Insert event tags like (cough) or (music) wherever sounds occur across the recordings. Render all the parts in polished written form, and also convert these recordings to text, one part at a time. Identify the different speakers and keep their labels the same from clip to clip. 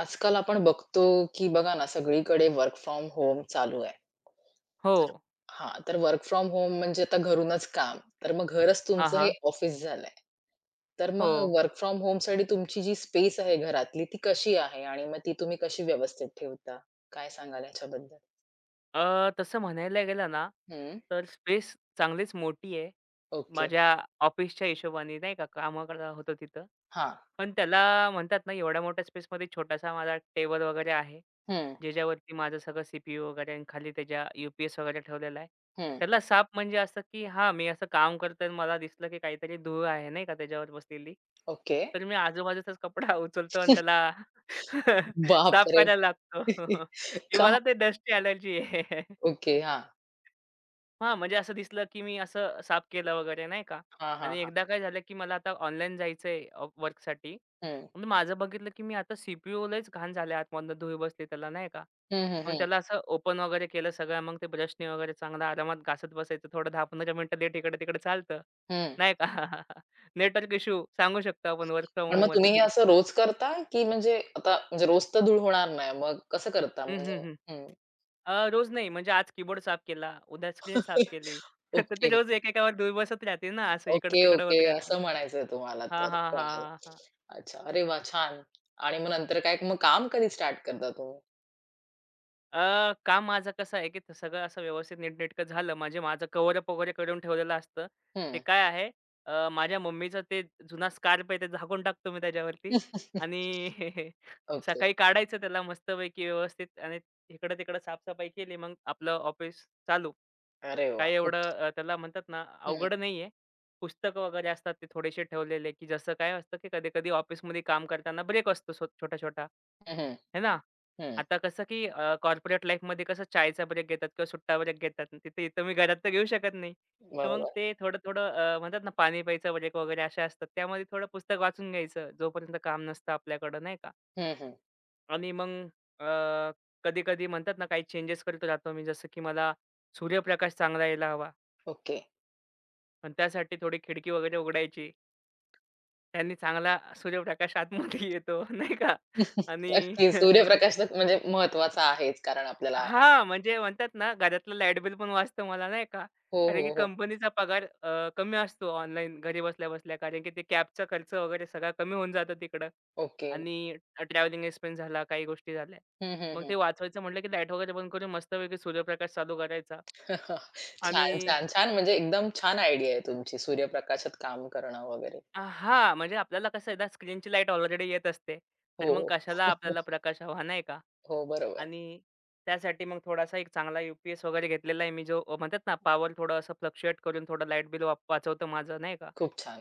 Speaker 1: आजकाल आपण बघतो, की बघा ना, सगळीकडे वर्क फ्रॉम होम चालू आहे.
Speaker 2: हो.
Speaker 1: तर हां, तर वर्क फ्रॉम होम म्हणजे आता घरूनच काम. तर मग घरच
Speaker 2: हां,
Speaker 1: तुमचं हे
Speaker 2: हां.
Speaker 1: ऑफिस झालंय. तर
Speaker 2: हो.
Speaker 1: मग वर्क फ्रॉम होमसाठी तुमची जी स्पेस आहे घरातली, ती कशी आहे? आणि मग ती तुम्ही कशी व्यवस्थित ठेवता? काय सांगाल याच्याबद्दल?
Speaker 2: तसं म्हणायला गेलं ना,
Speaker 1: हं.
Speaker 2: तर स्पेस चांगलीच मोठी आहे.
Speaker 1: ओके.
Speaker 2: माझ्या ऑफिसच्या हिशोबाने नाही का कामं करत तिथं.
Speaker 1: हां.
Speaker 2: पण त्याला म्हणतात ना, एवढ्या मोठ्या स्पेसमध्ये छोटासा माझा टेबल वगैरे आहे.
Speaker 1: हं,
Speaker 2: ज्याच्यावरती माझं सगळं सीपीयू वगैरे आणि खाली त्याच्या यूपीएस वगैरे ठेवलेला आहे.
Speaker 1: हं.
Speaker 2: त्याला साप म्हणजे असं, की हां, मी असं काम करतोय आणि मला दिसलं, की काहीतरी धूळ आहे नाही का त्याच्यावर बसलेली.
Speaker 1: ओके.
Speaker 2: तर मी आजूबाजूचाच कपडा (laughs) उचलतो आणि त्याला (laughs) साफ
Speaker 1: बापरे!
Speaker 2: करायला लागतो.
Speaker 1: (laughs)
Speaker 2: की
Speaker 1: का?
Speaker 2: मला ते डस्टची अलर्जी आहे. (laughs)
Speaker 1: ओके. हां.
Speaker 2: हां, म्हणजे असं दिसलं, की मी असं साफ केलं वगैरे नाही का
Speaker 1: हां, हां,
Speaker 2: आणि
Speaker 1: हां.
Speaker 2: एकदा काय झालं, की मला आता ऑनलाईन जायचंय वर्कसाठी.
Speaker 1: हं.
Speaker 2: मग माझं बघितलं, की मी आता सीपीयू लयच घाण झालंय आतमधनं धूळ बसली त्याला नाही का.
Speaker 1: हं, हं,
Speaker 2: मग
Speaker 1: हं.
Speaker 2: त्याला असं ओपन वगैरे केलं सगळं. मग ते ब्रशने वगैरे चांगला आरामात घासत बसायचं. थोडं 10-15 मिनिटं लेट इकडे-तिकडे चालतं. नाही का. (laughs) नेटवर्क इश्यू सांगू शकतो आपण वर्क फ्रॉम
Speaker 1: पण मग तुम्ही हे
Speaker 2: होममध्ये.
Speaker 1: असं रोज करता, की म्हणजे आता म्हणजे रोज तर धूळ होणार नाही. मग कसं करता
Speaker 2: हं, हं,
Speaker 1: म्हणजे?
Speaker 2: हं.
Speaker 1: हं.
Speaker 2: रोज नाही म्हणजे आज कीबोर्ड साफ केला, उद्या स्क्रीन साफ
Speaker 1: (laughs)
Speaker 2: केली. (laughs) तर ते
Speaker 1: ओके,
Speaker 2: रोज एकेकावर धूळ बसत राहते ना, असं
Speaker 1: ओके,
Speaker 2: इकडं-तिकडं
Speaker 1: ओके.
Speaker 2: होत राहते.
Speaker 1: असं म्हणायचंय तुम्हाला
Speaker 2: हां,
Speaker 1: तर
Speaker 2: हां,
Speaker 1: कळालं.
Speaker 2: हां, हां.
Speaker 1: अच्छा. अरे वाह! छान. आणि मग नंतर काय मग काम कधी स्टार्ट करता तुम्ही?
Speaker 2: काम माझं कसं आहे, की ते सगळं असं व्यवस्थित नीटनेटकं झालं. म्हणजे माझं कव्हरअप वगैरे करून ठेवलेलं असतं. ते
Speaker 1: हं.
Speaker 2: काय आहे माझ्या मम्मीचं ते जुना स्कार्फ आहे ते झाकून टाकतो मी त्याच्यावरती आणि
Speaker 1: (laughs)
Speaker 2: (laughs)
Speaker 1: ओके.
Speaker 2: सकाळी काढायचं त्याला मस्तपैकी व्यवस्थित आणि इकडं-तिकडं साफसफाई केली. मग आपलं ऑफिस चालू.
Speaker 1: अरे वाह!
Speaker 2: काय
Speaker 1: खूप
Speaker 2: एवढं त्याला म्हणतात ना,
Speaker 1: हं,
Speaker 2: अवघड नाहीये. पुस्तकं वगैरे असतात ते थोडेसे ठेवलेले, की जसं काय असतं, की कधी-कधी ऑफिसमध्ये काम करताना ब्रेक असतो सो छोटा-छोटा,
Speaker 1: हं, हं,
Speaker 2: है ना?
Speaker 1: हं.
Speaker 2: आता कसं, की कॉर्पोरेट लाईफमध्ये कसं चायचा ब्रेक घेतात किंवा सुट्टा ब्रेक घेतात. तिथं इथं मी घरात तर घेऊ शकत नाही. तर मग
Speaker 1: बरोबर.
Speaker 2: ते थोडं-थोडं म्हणतात ना, पाणी प्यायचा ब्रेक वगैरे असे असतात. त्यामध्ये थोडं पुस्तक वाचून घ्यायचं, जोपर्यंत काम नसतं आपल्याकडं, नाही का?
Speaker 1: हं, हं.
Speaker 2: आणि मग कधी-कधी म्हणतात ना, काही चेंजेस करत राहतो मी. जसं की मला सूर्यप्रकाश चांगला यायला हवा.
Speaker 1: ओके.
Speaker 2: पण त्यासाठी थोडी खिडकी वगैरे उघडायची. त्यांनी चांगला सूर्यप्रकाश आतमध्ये येतो (laughs) नाही का
Speaker 1: (laughs)
Speaker 2: आणि
Speaker 1: नक्कीच
Speaker 2: (laughs)
Speaker 1: सूर्यप्रकाश तर म्हणजे महत्वाचा आहेच कारण आपल्याला
Speaker 2: हां, म्हणजे म्हणतात ना घरातलं लाईट बिल पण वाचतं मला नाही का.
Speaker 1: हो,
Speaker 2: कारण की
Speaker 1: हो, हो.
Speaker 2: कंपनीचा पगार कमी असतो ऑनलाईन घरी बसल्या-बसल्या. कारण की ते कॅबचा खर्च वगैरे सगळा कमी होऊन जातो तिकडं
Speaker 1: ओके.
Speaker 2: आणि ट्रॅव्हलिंग एक्सपेन्स झाला, काही गोष्टी झाल्या.
Speaker 1: हं, हं,
Speaker 2: मग
Speaker 1: हं.
Speaker 2: ते वाचवायचं म्हटलं की लाईट वगैरे बंद करून मस्तपैकी सूर्यप्रकाश चालू करायचा
Speaker 1: (laughs) हा,
Speaker 2: आणि
Speaker 1: छान, छान, छान. म्हणजे एकदम छान आयडिया आहे तुमची सूर्यप्रकाशात काम करणं वगैरे.
Speaker 2: हां, म्हणजे आपल्याला कसं आहे ना, स्क्रीनची लाईट ऑलरेडी येत असते. तर मग
Speaker 1: हो,
Speaker 2: कशाला आपल्याला
Speaker 1: (laughs)
Speaker 2: प्रकाश हवा, नाही का?
Speaker 1: हो, बरोबर.
Speaker 2: आणि त्यासाठी मग थोडासा एक चांगला यू-पी-एस वगैरे घेतलेला आहे मी, जो म्हणतात ना, पॉवर थोडं असं फ्लक्च्युएट करून थोडं लाईट बिल वाचवतं माझं, नाही का?
Speaker 1: खूप छान.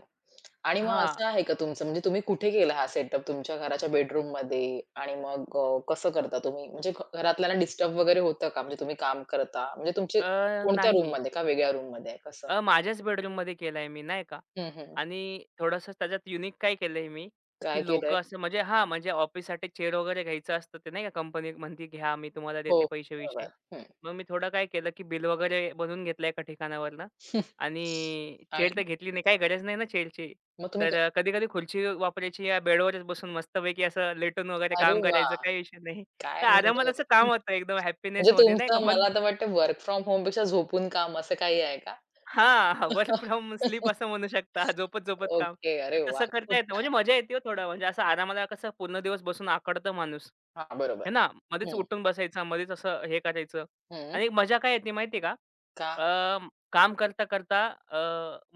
Speaker 1: आणि मग
Speaker 2: हां.
Speaker 1: असं आहे का तुमचं म्हणजे तुम्ही कुठे केला हा सेटअप तुमच्या घराच्या बेडरूममध्ये आणि मग कसं करता तुम्ही? म्हणजे घरातल्यांना डिस्टर्ब वगैरे होतं का? म्हणजे तुम्ही काम करता म्हणजे तुमचे कोणत्या
Speaker 2: नाही.
Speaker 1: रूममध्ये का वेगळ्या रूममध्ये आहे कसं?
Speaker 2: माझ्याच बेडरूममध्ये केलाय मी नाही का
Speaker 1: हं, हं.
Speaker 2: आणि थोडंसं त्याच्यात युनिक काय केलंय मी,
Speaker 1: काय
Speaker 2: की लोक
Speaker 1: केलंय?
Speaker 2: असं म्हणजे हां, म्हणजे ऑफिससाठी चेअर वगैरे घ्यायचं असतं ते नाही का कंपनी म्हणते, "घ्या मी तुम्हाला
Speaker 1: हो,
Speaker 2: देते पैसे-वैसे."
Speaker 1: बरोबर. हं.
Speaker 2: मग मी थोडं काय केलं, की बिल वगैरे बनवून घेतलं एका ठिकाणावरनं
Speaker 1: (laughs)
Speaker 2: आणि चेअर
Speaker 1: आणि
Speaker 2: तर घेतली नाही, काही गरज नाही ना चेअरची.
Speaker 1: मग
Speaker 2: तर कधी-कधी खुर्ची वापरायची या बेडवरच बसून मस्तपैकी असं लेटून वगैरे
Speaker 1: अरे
Speaker 2: काम
Speaker 1: वाह!
Speaker 2: करायचं काही विषय नाही.
Speaker 1: काय
Speaker 2: तर आरामात
Speaker 1: म्हणजे
Speaker 2: असं काम होतं एकदम
Speaker 1: म्हणजे
Speaker 2: हॅपीनेसमध्ये नाही का
Speaker 1: तुमचं
Speaker 2: मन
Speaker 1: मला तर वाटतं वर्क फ्रॉम होमपेक्षा झोपून काम असं काही आहे का?
Speaker 2: हां, वर्क फ्रॉम स्लीप
Speaker 1: (laughs)
Speaker 2: असं म्हणू शकता. झोपत-झोपत काम.
Speaker 1: ओके.
Speaker 2: तर
Speaker 1: अरे वाह!
Speaker 2: तसं करता
Speaker 1: खूप
Speaker 2: येतं.
Speaker 1: छान.
Speaker 2: म्हणजे मजा येते हो थोडं. म्हणजे असं आरामाला कसं पूर्ण दिवस बसून आखडतं माणूस.
Speaker 1: हां,
Speaker 2: हे
Speaker 1: बरोबर.
Speaker 2: ना, मध्येच
Speaker 1: हं,
Speaker 2: उठून बसायचं, मध्येच असं हे करायचं.
Speaker 1: हं.
Speaker 2: आणि मजा काय येते माहिती आहे का?
Speaker 1: का?
Speaker 2: अ, काम करता-करता अ,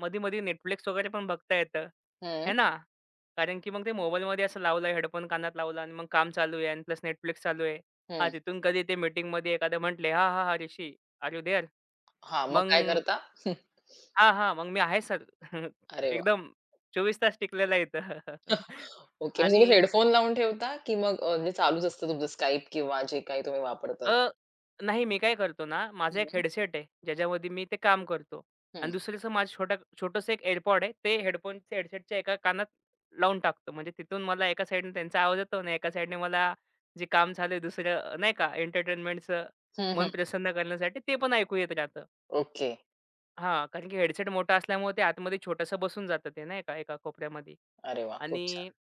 Speaker 2: मधी-मधी Netflix वगैरे पण बघता येतं.
Speaker 1: हं,
Speaker 2: हे ना? कारण की मग ते मोबाईलमध्ये असं लावलं, हेडफोन कानात लावला आणि मग काम चालू आहे आणि प्लस Netflix चालू आहे. हां,
Speaker 1: हं.
Speaker 2: तिथून कधी ते मीटिंगमध्ये एखादं म्हटले, "हां, हां, हां, ऋषी आर यू देअर?"
Speaker 1: हां, मग
Speaker 2: मग
Speaker 1: काय करता? (laughs)
Speaker 2: हां, हां. मग मी आहे सर. (laughs)
Speaker 1: अरे वाह!
Speaker 2: एकदम 24 तास टिकलेला आहे इथं. (laughs)
Speaker 1: ओके. म्हणजे
Speaker 2: आणि
Speaker 1: तुम्ही हेडफोन लावून ठेवता की मग म्हणजे चालूच असतं तुमचं Skype किंवा जे काही तुम्ही वापरतात?
Speaker 2: अ, नाही मी काय करतो ना, माझा एक
Speaker 1: हं,
Speaker 2: हेडसेट आहे, ज्याच्यामध्ये मी ते काम करतो
Speaker 1: हं.
Speaker 2: आणि दुसरंचं माझं छोटंसं एक एअरपॉड आहे. ते हेडसेटच्या एका कानात लावून टाकतो. म्हणजे तिथून मला एका साइडने त्यांचा आवाज येतो आणि एका साइडने मला जे काम चालू दुसरं नाही का एंटरटेनमेंटचं
Speaker 1: हं, हं.
Speaker 2: मन प्रसन्न करण्यासाठी ते पण ऐकू येत राहतं.
Speaker 1: ओके.
Speaker 2: हां, कारण की हेडसेट मोठा असल्यामुळे ते आतमध्ये छोटंसं बसून जातं ते नाही का एका कोपऱ्यामध्ये
Speaker 1: अरे वाह! खूप
Speaker 2: आणि
Speaker 1: छान.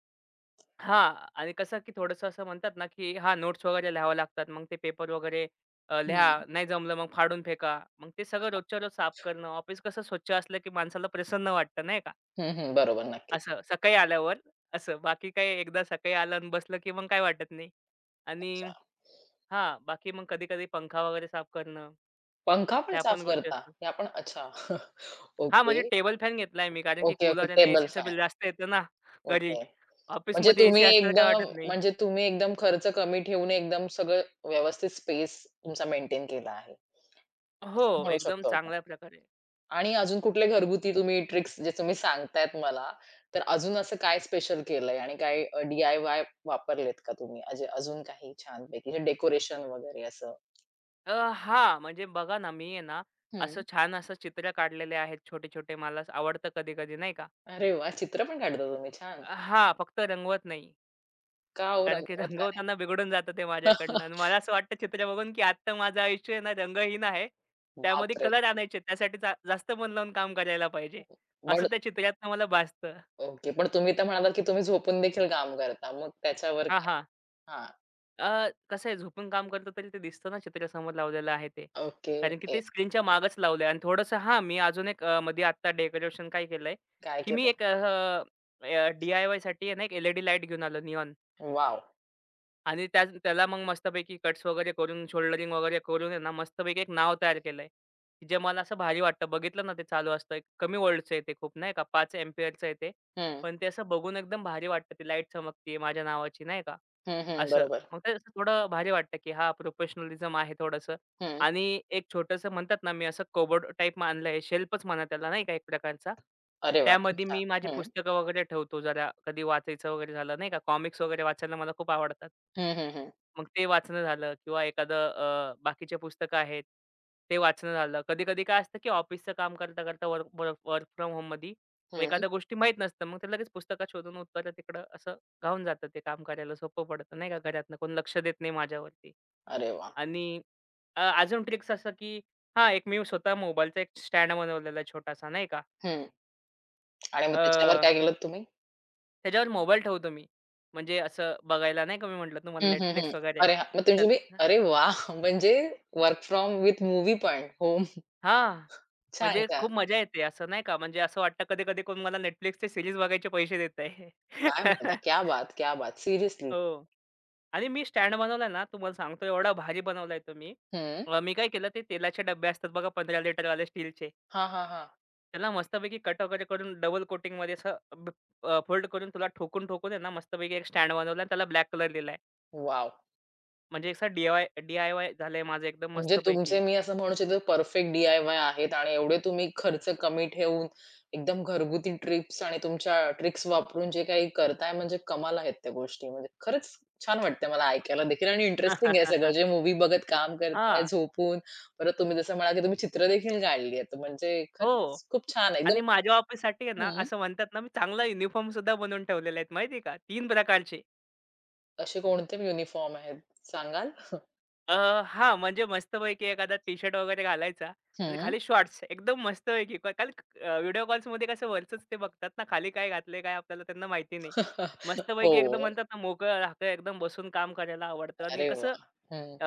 Speaker 2: हां. आणि कसं की थोडंसं असं म्हणतात ना, की हां, नोट्स वगैरे लिहाव्या लागतात. मग ते पेपर वगैरे
Speaker 1: हं.
Speaker 2: लिहा. नाही जमलं मग फाडून फेका. मग ते सगळं रोजच्या रोज साफ करणं. ऑफिस कसं स्वच्छ असलं की माणसाला प्रसन्न वाटतं नाही का?
Speaker 1: हं, हं. बरोबर. नक्कीच.
Speaker 2: असं सकाळी आल्यावर असं. बाकी काय एकदा सकाळी आलं आणि बसलं की मग काय वाटत नाही. आणि
Speaker 1: अच्छा.
Speaker 2: हां, बाकी मग कधी-कधी पंखा वगैरे साफ करणं.
Speaker 1: पंखा पण
Speaker 2: त्या
Speaker 1: साफ
Speaker 2: पण गोष्टी
Speaker 1: करता?
Speaker 2: असतात.
Speaker 1: हे आपण अच्छा. (laughs)
Speaker 2: हां,
Speaker 1: ओके.
Speaker 2: म्हणजे टेबल फॅन घेतलाय मी कारण की
Speaker 1: ओके, ओके.
Speaker 2: कूलर आणि
Speaker 1: टेबल
Speaker 2: एसीचं
Speaker 1: फॅन.
Speaker 2: बिल जास्त येतं ना घरी.
Speaker 1: ओके. म्हणजे
Speaker 2: ऑफिसमध्ये एसी असल्याला काय वाटत नाही.
Speaker 1: तुम्ही एकदम खर्च कमी ठेवून एकदम सगळं व्यवस्थित स्पेस तुमचा मेंटेन केला आहे, असं
Speaker 2: हो,
Speaker 1: म्हणू
Speaker 2: एकदम
Speaker 1: शकतो आपण.
Speaker 2: चांगल्या प्रकारे.
Speaker 1: आणि अजून कुठले घरगुती तुम्ही ट्रिक्स जे तुम्ही सांगतायत मला, तर अजून असं काय स्पेशल केलंय आणि काय डी आय वापरलेत का तुम्ही? अजे अजून काही छानपैकी डेकोरेशन वगैरे असं?
Speaker 2: हां, म्हणजे बघा ना, मी आहे ना, असं
Speaker 1: हं.
Speaker 2: छान असं चित्र काढलेले आहेत छोटे-छोटे. मला असं आवडतं कधी-कधी नाही का.
Speaker 1: अरे वाह! चित्र पण काढता तुम्ही छान.
Speaker 2: हां, फक्त रंगवत नाही.
Speaker 1: का हो
Speaker 2: कारण की
Speaker 1: रंगवत
Speaker 2: (laughs)
Speaker 1: का नाही?
Speaker 2: रंगवताना बिघडून जातं ते माझ्याकडनं आणि
Speaker 1: (laughs)
Speaker 2: मला असं वाटतं चित्र बघून, की आत्ता माझं आयुष्य आहे ना, रंगहीन आहे. त्यामध्ये
Speaker 1: बापरे!
Speaker 2: कलर आणायचे. त्यासाठी जा जास्त मन लावून काम करायला पाहिजे.
Speaker 1: पण
Speaker 2: असं त्या चित्रातनं मला भासतं.
Speaker 1: ओके. पण तुम्ही तर म्हणालात की तुम्ही झोपून देखील काम करता. मग त्याच्यावर
Speaker 2: हां,
Speaker 1: काय?
Speaker 2: हां.
Speaker 1: हां.
Speaker 2: कसं आहे झोपून काम करतो तरी ते दिसतं ना चित्रासमोर लावलेलं आहे ते.
Speaker 1: ओके,
Speaker 2: कारण की
Speaker 1: ओके.
Speaker 2: ते स्क्रीनच्या मागच लावलंय आणि थोडंसं हां, मी अजून एक मध्ये आत्ता डेकोरेशन काय केलंय,
Speaker 1: काय
Speaker 2: की मी
Speaker 1: केलं?
Speaker 2: एक अ, अ, डी-आय-वायसाठी आहे ना, एक एल लाईट घेऊन आलो निऑन
Speaker 1: वाव.
Speaker 2: आणि त्याला मग मस्तपैकी कट्स वगैरे करून, शोल्डरिंग वगैरे करून आहे ना, मस्तपैकी एक नाव तयार केलंय, की जे मला असं भारी वाटतं. बघितलं ना ते चालू असतं. एक कमी व्होल्टचं आहे ते खूप नाही का, 5 एम्पिअरचं आहे ते.
Speaker 1: हं.
Speaker 2: पण ते असं बघून एकदम भारी वाटतं. ती लाईट चमकतीये माझ्या नावाची नाही का.
Speaker 1: हं, हं.
Speaker 2: असं.
Speaker 1: बरोबर.
Speaker 2: मग ते असं थोडं भारी वाटतं, की हां, प्रोफेशनलिझम आहे थोडंसं
Speaker 1: हं.
Speaker 2: आणि एक छोटंसं म्हणतात ना, मी असं कोबर्ड टाईप आणलं आहे, शेल्फच म्हणा त्याला नाही का एक प्रकारचा.
Speaker 1: अरे वाह! खूप
Speaker 2: त्यामध्ये
Speaker 1: छान.
Speaker 2: मी माझे
Speaker 1: हं.
Speaker 2: पुस्तकं वगैरे ठेवतो जरा कधी वाचायचं वगैरे झालं नाही का, कॉमिक्स वगैरे वाचायला मला खूप आवडतात.
Speaker 1: हं, हं, हं.
Speaker 2: मग ते वाचणं झालं किंवा एखादं बाकीचे पुस्तकं आहेत, ते वाचणं झालं. कधी-कधी काय असतं, की ऑफिसचं काम करता-करता वर्क वर्क वर्क फ्रॉम होममध्ये
Speaker 1: हं.
Speaker 2: एखाद्या गोष्टी माहीत नसतं. मग ते लगेच पुस्तकात शोधून उत्तरं तिकडं असं राहून जातं ते काम करायला सोपं पडतं नाही का घरातनं कोण लक्ष देत नाही माझ्यावरती.
Speaker 1: अरे वाह!
Speaker 2: आणि अजून ट्रिक्स असं की हां, एक मी स्वतः मोबाईलचा एक स्टँड बनवलेला आहे छोटासा नाही का.
Speaker 1: हं. आणि मग त्याच्यावर
Speaker 2: अ,
Speaker 1: काय केलत तुम्ही?
Speaker 2: त्याच्यावर मोबाईल ठेवतो मी. म्हणजे असं बघायला नाही का मी म्हटलं तुम्हाला
Speaker 1: हं, हं, हं.
Speaker 2: Netflix वगैरे.
Speaker 1: अरे हां, मग
Speaker 2: तर
Speaker 1: तुम्ही अरे वाह! (laughs) म्हणजे वर्क फ्रॉम विथ मूव्ही पण होम.
Speaker 2: हां,
Speaker 1: छान,
Speaker 2: म्हणजे
Speaker 1: छान.
Speaker 2: खूप मजा येते असं नाही का म्हणजे असं वाटतं कधी-कधी कोण मला Netflixचे सीरीज बघायचे पैसे देत आहे.
Speaker 1: काय म्हणता? क्या
Speaker 2: (laughs)
Speaker 1: बात! क्या बात! सिरियसली.
Speaker 2: हो. आणि मी स्टँड बनवला ना, तुम्हाला सांगतो एवढा भारी बनवलाय तो मी.
Speaker 1: हं.
Speaker 2: मी काय केलं ते तेलाचे डब्बे असतात बघा 15 लिटरवाले स्टीलचे.
Speaker 1: हां, हां, हां.
Speaker 2: त्याला मस्तपैकी कट वगैरे करून डबल कोटिंगमध्ये असं ब फोल्ड करून तुला ठोकून-ठोकून आहे ना, मस्तपैकी एक स्टँड बनवला आणि त्याला ब्लॅक कलर दिलाय.
Speaker 1: वॉव!
Speaker 2: म्हणजे असा डी आय झालंय माझं एकदम
Speaker 1: म्हणजे तुमचे
Speaker 2: मस्तपैकी.
Speaker 1: मी असं म्हणू शकते परफेक्ट डी-आय-वाय आहेत आणि एवढे तुम्ही खर्च कमी ठेवून एकदम घरगुती ट्रिप्स आणि तुमच्या ट्रिक्स वापरून जे काही करताय म्हणजे कमाल आहेत त्या गोष्टी. म्हणजे खरंच छान वाटतंय मला ऐकायला देखील आणि इंटरेस्टिंग आहे सगळं.
Speaker 2: (laughs)
Speaker 1: जे मूव्ही बघत काम करताय,
Speaker 2: हां.
Speaker 1: झोपून परत तुम्ही जसं म्हणाला, की तुम्ही चित्र देखील काढली आहेत. म्हणजे
Speaker 2: हो.
Speaker 1: खरंच खूप छान आहे एकदम
Speaker 2: आणि माझ्या ऑफिससाठी आहे ना,
Speaker 1: हं.
Speaker 2: असं म्हणतात ना, मी चांगला युनिफॉर्म सुद्धा बनवून ठेवलेले आहेत माहिती आहे का? 3 प्रकारचे.
Speaker 1: असे कोणते युनिफॉर्म आहेत सांगाल?
Speaker 2: अ, हां, म्हणजे मस्तपैकी एखादा टी-शर्ट वगैरे घालायचा आणि
Speaker 1: हं.
Speaker 2: खाली शॉर्ट्स एकदम मस्तपैकी कारण व्हिडिओ कॉल्समध्ये कसं वरचंच ते बघतात ना, खाली काय घातलंय काय आपल्याला त्यांना माहिती नाही.
Speaker 1: (laughs)
Speaker 2: मस्तपैकी एकदम
Speaker 1: हो.
Speaker 2: म्हणतात ना, मोकळं राहतं एकदम बसून काम करायला आवडतं आणि
Speaker 1: अरे
Speaker 2: कसं
Speaker 1: वाह! हं.
Speaker 2: अ,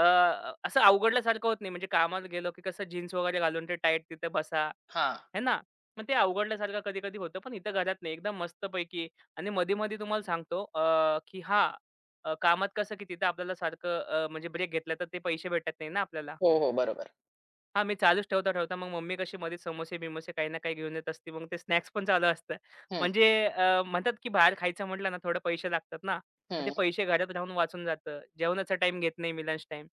Speaker 2: असं अवघडल्यासारखं होत नाही. म्हणजे कामाला गेलो की कसं जीन्स वगैरे घालून ते टाईट तिथे बसा,
Speaker 1: हां.
Speaker 2: है ना? मग ते अवघडल्यासारखं कधी-कधी होतं. पण इथं घरात नाही एकदम मस्तपैकी आणि मधी-मधी तुम्हाला सांगतो की हां कामात कसं की तिथं आपल्याला सारखं म्हणजे ब्रेक घेतला तर ते पैसे भेटत नाही ना आपल्याला.
Speaker 1: हो, हो. बरोबर.
Speaker 2: हां, मी चालूच ठेवता-ठेवता मग मम्मी कशी मध्येच समोसे-बिमोसे काही ना काही घेऊन येत असते. मग ते स्नॅक्स पण चालू असतं.
Speaker 1: हं,
Speaker 2: म्हणजे म्हणतात की बाहेर खायचं म्हटलं ना थोडे पैसे लागतात ना. मग ते
Speaker 1: हं.
Speaker 2: पैसे घरात राहून वाचून जातं. जेवणाचा टाईम घेत नाही मी लंच टाईम.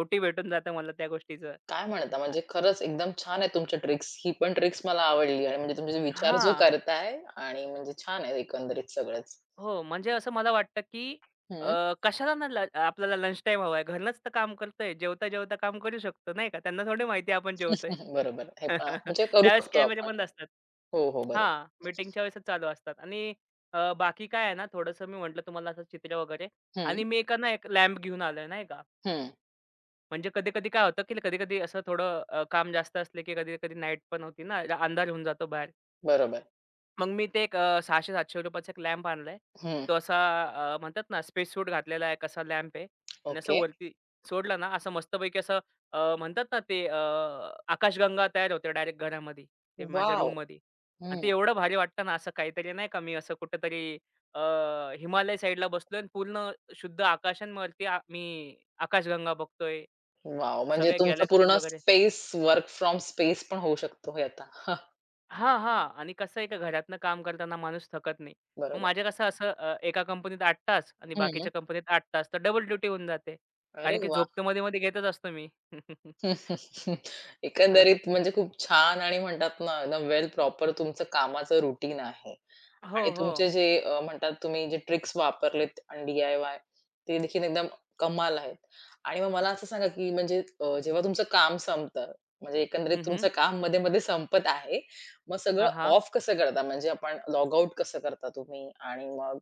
Speaker 2: ओटी भेटून जातं मला त्या गोष्टीचं.
Speaker 1: काय म्हणता?
Speaker 2: आ
Speaker 1: म्हणजे खरंच एकदम छान आहे तुमच्या ट्रिक्स. ही पण ट्रिक्स मला आवडली आणि म्हणजे तुमचे विचार जो
Speaker 2: हां.
Speaker 1: करताय आणि म्हणजे छान आहे एकंदरीत सगळंच.
Speaker 2: हो, म्हणजे असं मला वाटतं, की
Speaker 1: हं,
Speaker 2: कशाला ना आपल्याला लंच टाईम हवाय. घरूनच तर काम करतोय. जेवता-जेवता काम करू शकतो, नाही का? त्यांना थोडी माहिती आहे आपण जेवतोय.
Speaker 1: (laughs) हं. बरोबर. हे पहा म्हणजे
Speaker 2: (laughs)
Speaker 1: करू
Speaker 2: त्यावेळेस
Speaker 1: शकतो
Speaker 2: कॅमेरे
Speaker 1: आपण.
Speaker 2: बंद असतात.
Speaker 1: हो, हो. बरोबर.
Speaker 2: हां, मीटिंगच्या वेळेसच चालू असतात आणि बाकी काय आहे ना, थोडंसं मी म्हटलं तुम्हाला असं चित्र वगैरे
Speaker 1: हं,
Speaker 2: आणि मी एका ना एक लॅम्प घेऊन आलोय, नाही का?
Speaker 1: हं.
Speaker 2: म्हणजे कधी-कधी काय होतं, की कधी-कधी असं थोडं काम जास्त असले, की कधी-कधी नाईट पण होती ना, अंधार होऊन जातो बाहेर.
Speaker 1: बरोबर.
Speaker 2: मग मी ते एक ₹600-700 चा एक लॅम्प आणलाय.
Speaker 1: हं.
Speaker 2: तो असा म्हणतात ना स्पेस सूट घातलेला आहे, कसा लॅम्प आहे आणि असं
Speaker 1: ओके.
Speaker 2: वरती सोडला ना, असं मस्तपैकी असं अ, म्हणतात ना ते अ, आकाशगंगा तयार होते डायरेक्ट घरामध्ये, ते माझ्या
Speaker 1: वॉव!
Speaker 2: रूममध्ये. आणि ते
Speaker 1: हं.
Speaker 2: एवढं भारी वाटतं ना, असं काहीतरी नाही का मी असं कुठेतरी अ, हिमालय साइडला बसलोय आणि पूर्ण शुद्ध आकाशांवरती मी आकाशगंगा बघतोय,
Speaker 1: वॉव! म्हणजे
Speaker 2: सगळे
Speaker 1: तुमचं
Speaker 2: गॅलॅक्सीज
Speaker 1: पूर्ण
Speaker 2: वगैरे.
Speaker 1: स्पेस वर्क फ्रॉम स्पेस पण होऊ शकतो हे आता. हा,
Speaker 2: हां, हां. आणि कसं आहे का घरातनं काम करताना माणूस थकत नाही. मग
Speaker 1: बरोबर.
Speaker 2: माझ्या कसं असं एका कंपनीत 8 तास आणि
Speaker 1: हं.
Speaker 2: बाकीच्या कंपनीत 8 तास, तर डबल ड्युटी होऊन जाते.
Speaker 1: अरे
Speaker 2: कारण की
Speaker 1: वाह!
Speaker 2: झोप तर मध्ये-मध्ये घेतच असतो मी.
Speaker 1: (laughs) एकंदरीत
Speaker 2: (laughs)
Speaker 1: म्हणजे खूप छान आणि म्हणतात ना एकदम वेल प्रॉपर तुमचं कामाचं रुटीन आहे.
Speaker 2: हो,
Speaker 1: आणि तुमचे
Speaker 2: हो.
Speaker 1: जे म्हणतात तुम्ही जे ट्रिक्स वापरलेत आणि डी-आय-वाय ते देखील एकदम कमाल आहेत. आणि मग मला असं सांगा, की म्हणजे जेव्हा तुमचं काम संपतं, म्हणजे एकंदरीत
Speaker 2: हं, हं.
Speaker 1: तुमचं काम मध्ये-मध्ये संपत आहे. मग सगळं
Speaker 2: हां, हां.
Speaker 1: ऑफ कसं करता? म्हणजे आपण लॉग आउट कसं करता तुम्ही? आणि मग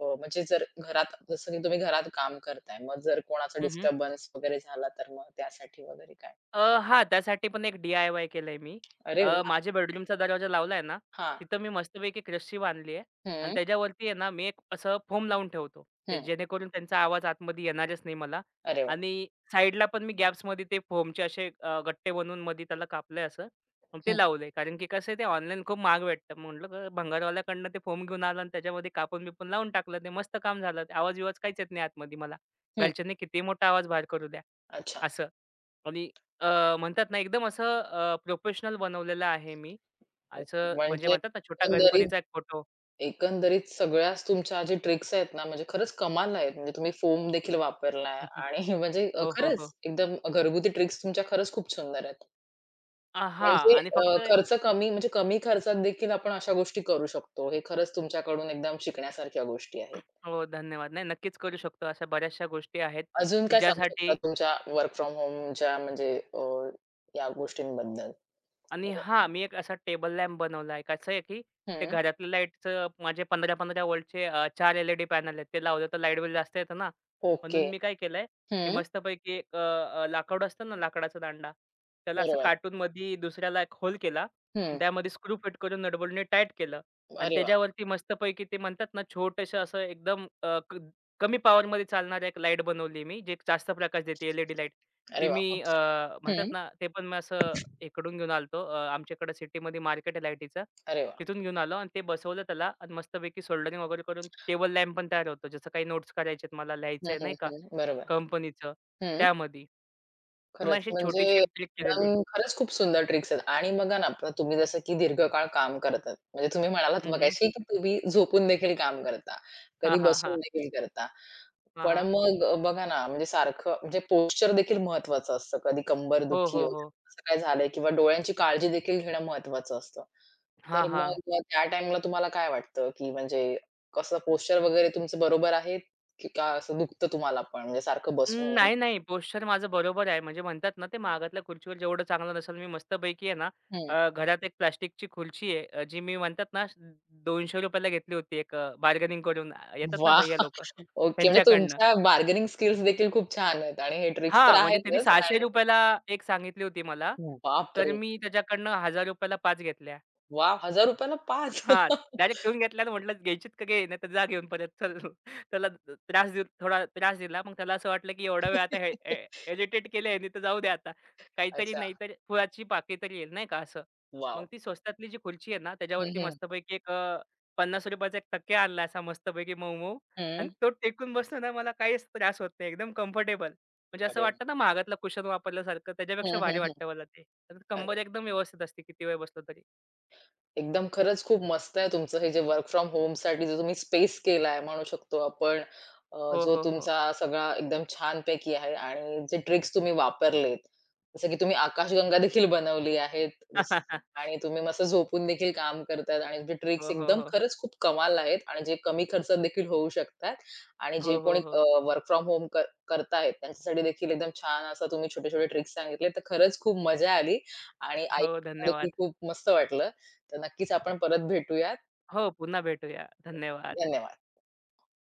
Speaker 1: म्हणजे जर घरात जसं की तुम्ही घरात काम करताय, मग जर कोणाचा डिस्टर्बन्स वगैरे झाला तर मग त्यासाठी वगैरे काय?
Speaker 2: हां, त्यासाठी पण एक डी-आय-वाय केलंय मी.
Speaker 1: अरे वाह!
Speaker 2: माझ्या बेडरूमचा दरवाजा लावलाय ना,
Speaker 1: हां.
Speaker 2: तिथं मी मस्तपैकी एक रस्सी बांधली आहे आणि
Speaker 1: हं,
Speaker 2: त्याच्यावरती आहे ना, मी एक असं फोम लावून ठेवतो. ते
Speaker 1: हं.
Speaker 2: जेणेकरून त्यांचा आवाज आतमध्ये येणारच नाही मला.
Speaker 1: अरे वाह!
Speaker 2: आणि साईडला पण मी गॅप्समध्ये ते फोमचे असे गट्टे बनवून मध्ये त्याला कापलंय असं आणि ते
Speaker 1: हं,
Speaker 2: लावलंय. कारण की कसं आहे ते ऑनलाईन खूप महाग भेटतं. म्हटलं भंगारवाल्याकडनं ते फोम घेऊन आलं आणि त्याच्यामध्ये कापून-बिपून लावून टाकलं. ते मस्त काम झालं. आवाज-बिवाज काहीच येत नाही आतमध्ये मला.
Speaker 1: हं.
Speaker 2: घरच्यांनी कितीही मोठा आवाज बाहेर करू द्या,
Speaker 1: अच्छा.
Speaker 2: असं. आणि म्हणतात ना एकदम असं प्रोफेशनल बनवलेलं आहे मी.
Speaker 1: ओके.
Speaker 2: असं म्हणजे
Speaker 1: म्हणजे
Speaker 2: म्हणतात ना छोटा
Speaker 1: एकंदरीत
Speaker 2: गणपतीचा एक फोटो.
Speaker 1: एकंदरीत सगळ्याच तुमच्या जे ट्रिक्स आहेत ना, म्हणजे खरंच कमाल आहेत. म्हणजे तुम्ही फोम देखील वापरलाय
Speaker 2: (laughs)
Speaker 1: आणि (laughs) म्हणजे
Speaker 2: हो, हो,
Speaker 1: खरंच
Speaker 2: हो.
Speaker 1: एकदम घरगुती ट्रिक्स तुमच्या खरंच खूप सुंदर आहेत.
Speaker 2: हां
Speaker 1: म्हणजे
Speaker 2: आणि फक्त
Speaker 1: खर्च कमी म्हणजे कमी खर्चात देखील आपण अशा गोष्टी करू शकतो. हे खरंच तुमच्याकडून एकदम शिकण्यासारख्या गोष्टी आहेत.
Speaker 2: हो, धन्यवाद. नाही नक्कीच करू शकतो. अशा बऱ्याचशा गोष्टी आहेत,
Speaker 1: अजून
Speaker 2: की
Speaker 1: काय सांगू शकता
Speaker 2: ज्यासाठी.
Speaker 1: तुमच्या वर्क फ्रॉम होमच्या म्हणजे या गोष्टींबद्दल?
Speaker 2: आणि
Speaker 1: म्हणजे
Speaker 2: हां, मी एक असा टेबल लॅम्प बनवलाय. कसं आहे, की ते घरातल्या लाईटचं माझे 15-15 व्होल्टचे 4 एल-ई-डी पॅनल आहेत. ते लावलं तर लाईट बिल जास्त येतं ना.
Speaker 1: ओके.
Speaker 2: म्हणून मी काय केलंय, की
Speaker 1: हं.
Speaker 2: मस्तपैकी एक अ, अ, लाकूड असतं ना, लाकडाचा दांडा. त्याला असं
Speaker 1: बरोबर.
Speaker 2: काटूनमध्ये दुसऱ्याला एक होल केला. आणि
Speaker 1: हं.
Speaker 2: त्यामध्ये स्क्रू फिट करून नटबोल्टने टाईट केलं आणि
Speaker 1: अरे वाह!
Speaker 2: त्याच्यावरती मस्तपैकी ते म्हणतात ना, छोटंसं असं एकदम अ, क कमी पॉवरमध्ये चालणारी एक लाईट बनवली मी, जे जास्त प्रकाश देते एल लाईट.
Speaker 1: अरे
Speaker 2: ती
Speaker 1: वाह!
Speaker 2: मी
Speaker 1: खूप छान.
Speaker 2: म्हणतात
Speaker 1: हं.
Speaker 2: ना, ते पण मी असं इकडून घेऊन आलतो. आमच्याकडे सिटीमध्ये मार्केट आहे लाईटीचं.
Speaker 1: अरे वाह!
Speaker 2: तिथून घेऊन आलो आणि ते बसवलं त्याला आणि मस्तपैकी सोल्डरिंग वगैरे करून टेबल लॅम्प पण तयार होतो. जसं काही नोट्स करायचे आहेत मला
Speaker 1: हं,
Speaker 2: लिहायचंय
Speaker 1: हं,
Speaker 2: नाही का
Speaker 1: हं. बरोबर.
Speaker 2: कंपनीचं
Speaker 1: हं.
Speaker 2: त्यामध्ये. मग
Speaker 1: खरंच,
Speaker 2: अशी
Speaker 1: म्हणजे
Speaker 2: छोटीशी एक ट्रिक केलेली आहे.
Speaker 1: एकदम खरंच खूप सुंदर ट्रिक्स आहेत आणि बघा ना, आता तुम्ही जसं की दीर्घकाळ काम करतात. म्हणजे तुम्ही म्हणालात
Speaker 2: हं, हं.
Speaker 1: मगाशी, की तुम्ही झोपून देखील काम करता,
Speaker 2: हां,
Speaker 1: कधी
Speaker 2: हां, हां.
Speaker 1: बसून देखील करता.
Speaker 2: हां,
Speaker 1: पण
Speaker 2: हां.
Speaker 1: मग बघा ना, म्हणजे सारखं म्हणजे पोश्चर देखील महत्वाचं असतं. कधी
Speaker 2: हो,
Speaker 1: कंबरदुखी
Speaker 2: हो, हो.
Speaker 1: वगैरे असं काय झालंय किंवा डोळ्यांची काळजी देखील घेणं महत्वाचं असतं. तर
Speaker 2: हां, हां.
Speaker 1: मग त्या टाईमला तुम्हाला काय वाटतं, की म्हणजे कसं पोश्चर वगैरे तुमचं बरोबर आहे, की का असं दुखतं तुम्हाला पण म्हणजे सारखं
Speaker 2: अं,
Speaker 1: बसून?
Speaker 2: नाही, नाही. पोश्चर माझं बरोबर आहे. म्हणजे म्हणतात ना, ते मागातल्या खुर्चीवर जेवढं चांगलं नसेल, मी मस्तपैकी आहे ना,
Speaker 1: हं.
Speaker 2: घरात एक प्लास्टिकची खुर्ची आहे, जी मी म्हणतात ना, ₹200 ला घेतली होती एक बार्गेनिंग करून. येतात ना
Speaker 1: वाह!
Speaker 2: भैय्या लोकं,
Speaker 1: ओके. म्हणजे
Speaker 2: त्यांच्याकडनं.
Speaker 1: तुमच्या बार्गेनिंग स्किल्स देखील खूप छान आहेत आणि हे ट्रिक्स तर
Speaker 2: हां, म्हणजे त्यांनी
Speaker 1: आहेतच आणि
Speaker 2: ₹600 ला एक सांगितली होती मला, तर
Speaker 1: बापरे!
Speaker 2: मी त्याच्याकडनं ₹1000 ला 5 घेतल्या.
Speaker 1: वाव हजार ला पाच
Speaker 2: हां. डायरेक्ट ठेवून घेतला आणि म्हटलं, "घ्यायचीत का घे, नाहीतर जा घेऊन परत चल." (laughs) त्याला त्रास देऊन थोडा त्रास दिला. मग त्याला असं वाटलं, की एवढा वेळ आता एजिटेट
Speaker 1: (laughs)
Speaker 2: इरिटेट केलं ह्यानी, तर जाऊ दे आता. काहीतरी
Speaker 1: अच्छा,
Speaker 2: नाहीतर फुलाची पाकी तरी येईल, नाही का असं. मग
Speaker 1: वाव
Speaker 2: ती स्वस्तातली जी खुर्ची आहे ना,
Speaker 1: हं,
Speaker 2: त्याच्यावरती
Speaker 1: हं.
Speaker 2: मस्तपैकी एक ₹50 चा एक तकिया आणला असा मस्तपैकी मऊ-मऊ आणि तो टेकून बसलो ना, मला काहीच त्रास होत नाही. एकदम कम्फर्टेबल. म्हणजे असं
Speaker 1: अरे वाह!
Speaker 2: वाटतं ना, महागातलं कुशन वापरल्यासारखं,
Speaker 1: हं,
Speaker 2: त्याच्यापेक्षा
Speaker 1: हं,
Speaker 2: भारी
Speaker 1: हं.
Speaker 2: वाटतं मला ते. तर
Speaker 1: अरे
Speaker 2: कंबर एकदम व्यवस्थित असते किती वेळ बसलो तरी.
Speaker 1: एकदम खरंच खूप मस्त आहे तुमचं हे जे वर्क फ्रॉम होमसाठी जो तुम्ही स्पेस केलाय म्हणू शकतो आपण
Speaker 2: हो,
Speaker 1: जो
Speaker 2: हो, हो.
Speaker 1: तुमचा सगळा एकदम छानपैकी आहे आणि जे ट्रिक्स तुम्ही वापरलेत, जसं की तुम्ही आकाशगंगा देखील बनवली आहेत जस
Speaker 2: (laughs)
Speaker 1: आणि तुम्ही मस्त झोपून देखील काम करतायत आणि तुमचे ट्रिक्स
Speaker 2: हो, हो,
Speaker 1: एकदम
Speaker 2: हो.
Speaker 1: खरंच खूप कमाल आहेत आणि जे कमी खर्चात देखील होऊ शकतात आणि जे
Speaker 2: हो,
Speaker 1: कोणी
Speaker 2: हो, हो.
Speaker 1: वर्क फ्रॉम होम करतायत त्यांच्यासाठी देखील एकदम छान असं तुम्ही छोटे-छोटे ट्रिक्स सांगितले. तर खरंच खूप मजा आली आणि
Speaker 2: हो,
Speaker 1: ऐकून देखील
Speaker 2: धन्यवाद.
Speaker 1: खूप मस्त वाटलं. तर नक्कीच आपण परत भेटूयात.
Speaker 2: हो, पुन्हा भेटूया. धन्यवाद.
Speaker 1: धन्यवाद.